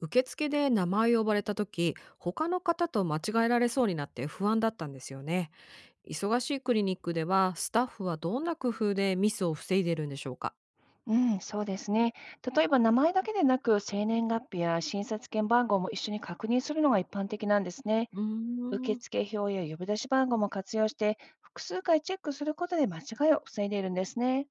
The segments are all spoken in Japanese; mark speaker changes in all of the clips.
Speaker 1: 受付で名前を呼ばれた時、他の方と間違えられそうになって不安だったんですよね。忙しいクリニックではスタッフはどんな工夫でミスを防いでるんでしょうか？
Speaker 2: うん、そうですね。例えば名前だけでなく、生年月日や診察券番号も一緒に確認するのが一般的なんですね。
Speaker 1: うー
Speaker 2: 受
Speaker 1: ん。
Speaker 2: 付表や呼び出し番号も活用して、複数回チェックすることで間違いを防いでいるんですね。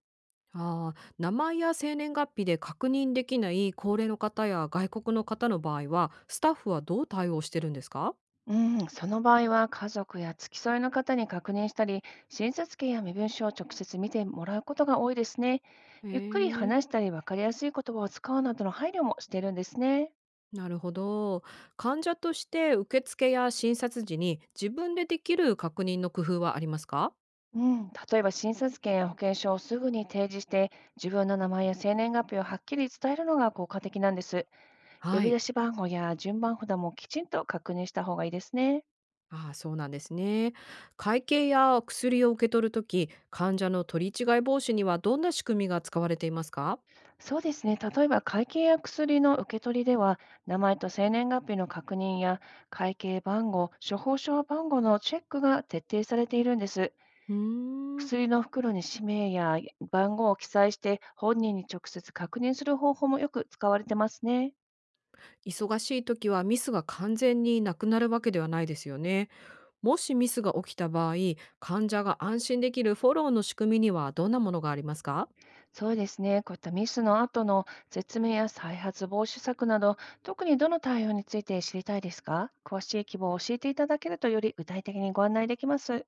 Speaker 1: あー、名前や生年月日で確認できない高齢の方や外国の方の場合はスタッフはどう対応してるんですか？
Speaker 2: うん、その場合は家族や付き添いの方に確認したり、診察券や身分証を直接見てもらうことが多いですね。
Speaker 1: へ
Speaker 2: ゆっくり
Speaker 1: え。
Speaker 2: 話したり、分かりやすい言葉を使うなどの配慮もしているんですね。
Speaker 1: なるほど。患者として受付や診察時に自分でできる確認の工夫はありますか？
Speaker 2: うん、例えば診察券や保険証をすぐに提示して、自分の名前や生年月日をはっきり伝えるのが効果的なんです。呼
Speaker 1: は
Speaker 2: び出
Speaker 1: い。
Speaker 2: し番号や順番札もきちんと確認した方がいいですね。
Speaker 1: ああ、そうなんですね。会計や薬を受け取るとき、患者の取り違い防止にはどんな仕組みが使われていますか？
Speaker 2: そうですね、例えば会計や薬の受け取りでは、名前と生年月日の確認や会計番号、処方箋番号のチェックが徹底されているんです。
Speaker 1: うーん。
Speaker 2: 薬の袋に氏名や番号を記載して、本人に直接確認する方法もよく使われてますね。
Speaker 1: 忙しいときはミスが完全になくなるわけではないですよね。もしミスが起きた場合、患者が安心できるフォローの仕組みにはどんなものがありますか？
Speaker 2: そうですね。こういったミスの後の説明や再発防止策など、特にどの対応について知りたいですか？詳しい希望を教えていただけるとより具体的にご案内できます。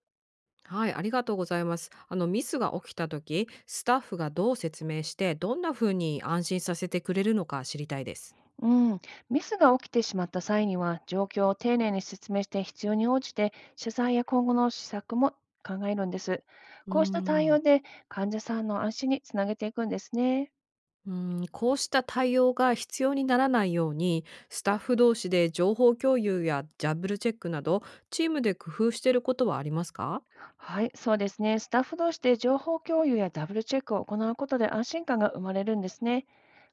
Speaker 1: はい、ありがとうございます。ミスが起きたとき、スタッフがどう説明して、どんな風に安心させてくれるのか知りたいです。
Speaker 2: うん。ミスが起きてしまった際には、状況を丁寧に説明して必要に応じて、謝罪や今後の施策も考えるんです。
Speaker 1: うー
Speaker 2: こうした対応
Speaker 1: ん。
Speaker 2: で患者さんの安心につなげていくんですね。
Speaker 1: うん、こうした対応が必要にならないように、スタッフ同士で情報共有やジャブルチェックなど、チームで工夫していることはありますか？
Speaker 2: はい、そうですね。スタッフ同士で情報共有やダブルチェックを行うことで安心感が生まれるんですね。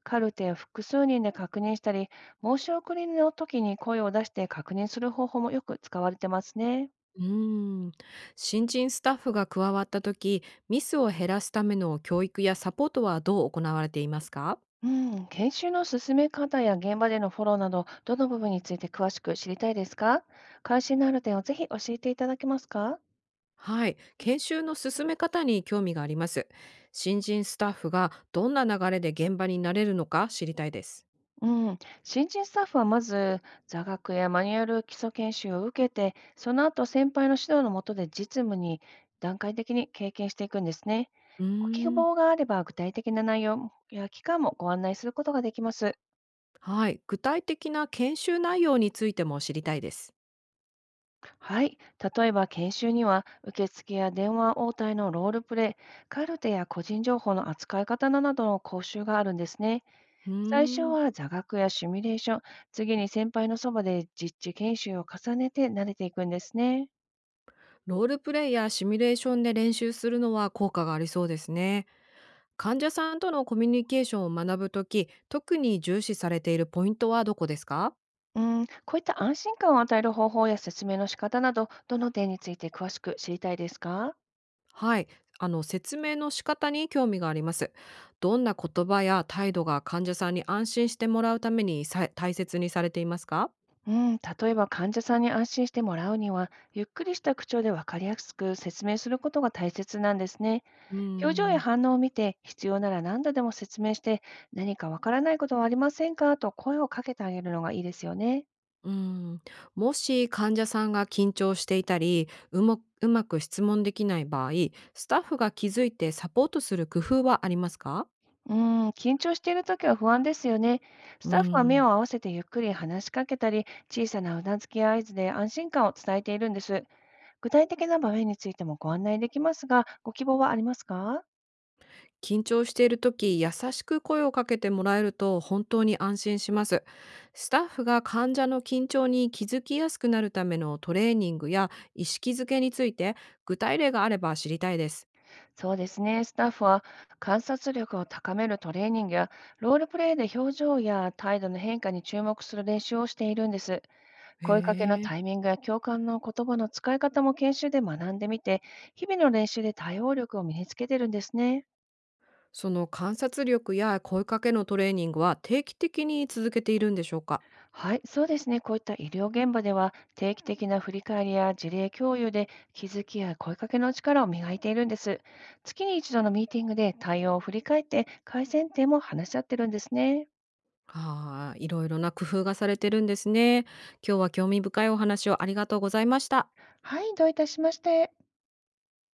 Speaker 2: カルテを複数人で確認したり、申し送りの時に声を出して確認する方法もよく使われてますね。
Speaker 1: うーん、新人スタッフが加わった時、ミスを減らすための教育やサポートはどう行われていますか？
Speaker 2: うん、研修の進め方や現場でのフォローなど、どの部分について詳しく知りたいですか？関心のある点をぜひ教えていただけますか？
Speaker 1: はい、研修の進め方に興味があります。新人スタッフがどんな流れで現場になれるのか知りたいです。
Speaker 2: うん、新人スタッフはまず座学やマニュアル基礎研修を受けて、その後先輩の指導の下で実務に段階的に経験していくんですね。
Speaker 1: うー
Speaker 2: ご希
Speaker 1: ん、
Speaker 2: 望があれば具体的な内容や期間もご案内することができます。
Speaker 1: はい、具体的な研修内容についても知りたいです。
Speaker 2: はい。例えば研修には受付や電話応対のロールプレイ、カルテや個人情報の扱い方などの講習があるんですね。
Speaker 1: うー
Speaker 2: 最初
Speaker 1: ん、
Speaker 2: は座学やシミュレーション、次に先輩のそばで実地研修を重ねて慣れていくんですね。
Speaker 1: ロールプレイやシミュレーションで練習するのは効果がありそうですね。患者さんとのコミュニケーションを学ぶとき、特に重視されているポイントはどこですか？
Speaker 2: うん、こういった安心感を与える方法や説明の仕方など、どの点について詳しく知りたいですか？
Speaker 1: はい、説明の仕方に興味があります。どんな言葉や態度が患者さんに安心してもらうためにさ大切にされていますか？
Speaker 2: うん、例えば患者さんに安心してもらうには、ゆっくりした口調で分かりやすく説明することが大切なんですね。
Speaker 1: うー
Speaker 2: 表情や
Speaker 1: ん。
Speaker 2: 反応を見て、必要なら何度でも説明して、何かわからないことはありませんかと声をかけてあげるのがいいですよね。
Speaker 1: うん、もし患者さんが緊張していたりもうまく質問できない場合、スタッフが気づいてサポートする工夫はありますか？
Speaker 2: うーん、緊張しているときは不安ですよね。
Speaker 1: う
Speaker 2: スタッフは目
Speaker 1: ん。
Speaker 2: を合わせてゆっくり話しかけたり、小さなうなずきや合図で安心感を伝えているんです。具体的な場面についてもご案内できますが、ご希望はありますか？
Speaker 1: 緊張している時、優しく声をかけてもらえると本当に安心します。スタッフが患者の緊張に気づきやすくなるためのトレーニングや意識づけについて、具体例があれば知りたいです。
Speaker 2: そうですね。スタッフは観察力を高めるトレーニングや、ロールプレイで表情や態度の変化に注目する練習をしているんです。
Speaker 1: へ
Speaker 2: 声かけの
Speaker 1: え。
Speaker 2: タイミングや共感の言葉の使い方も研修で学んでみて、日々の練習で対応力を身につけてるんですね。
Speaker 1: その観察力や声かけのトレーニングは定期的に続けているんでしょうか？
Speaker 2: はい、そうですね。こういった医療現場では、定期的な振り返りや事例共有で、気づきや声かけの力を磨いているんです。月に一度のミーティングで対応を振り返って、改善点も話し合ってるんですね。
Speaker 1: はあ、いろいろな工夫がされてるんですね。今日は興味深いお話をありがとうございました。
Speaker 2: はい、どういたしまして。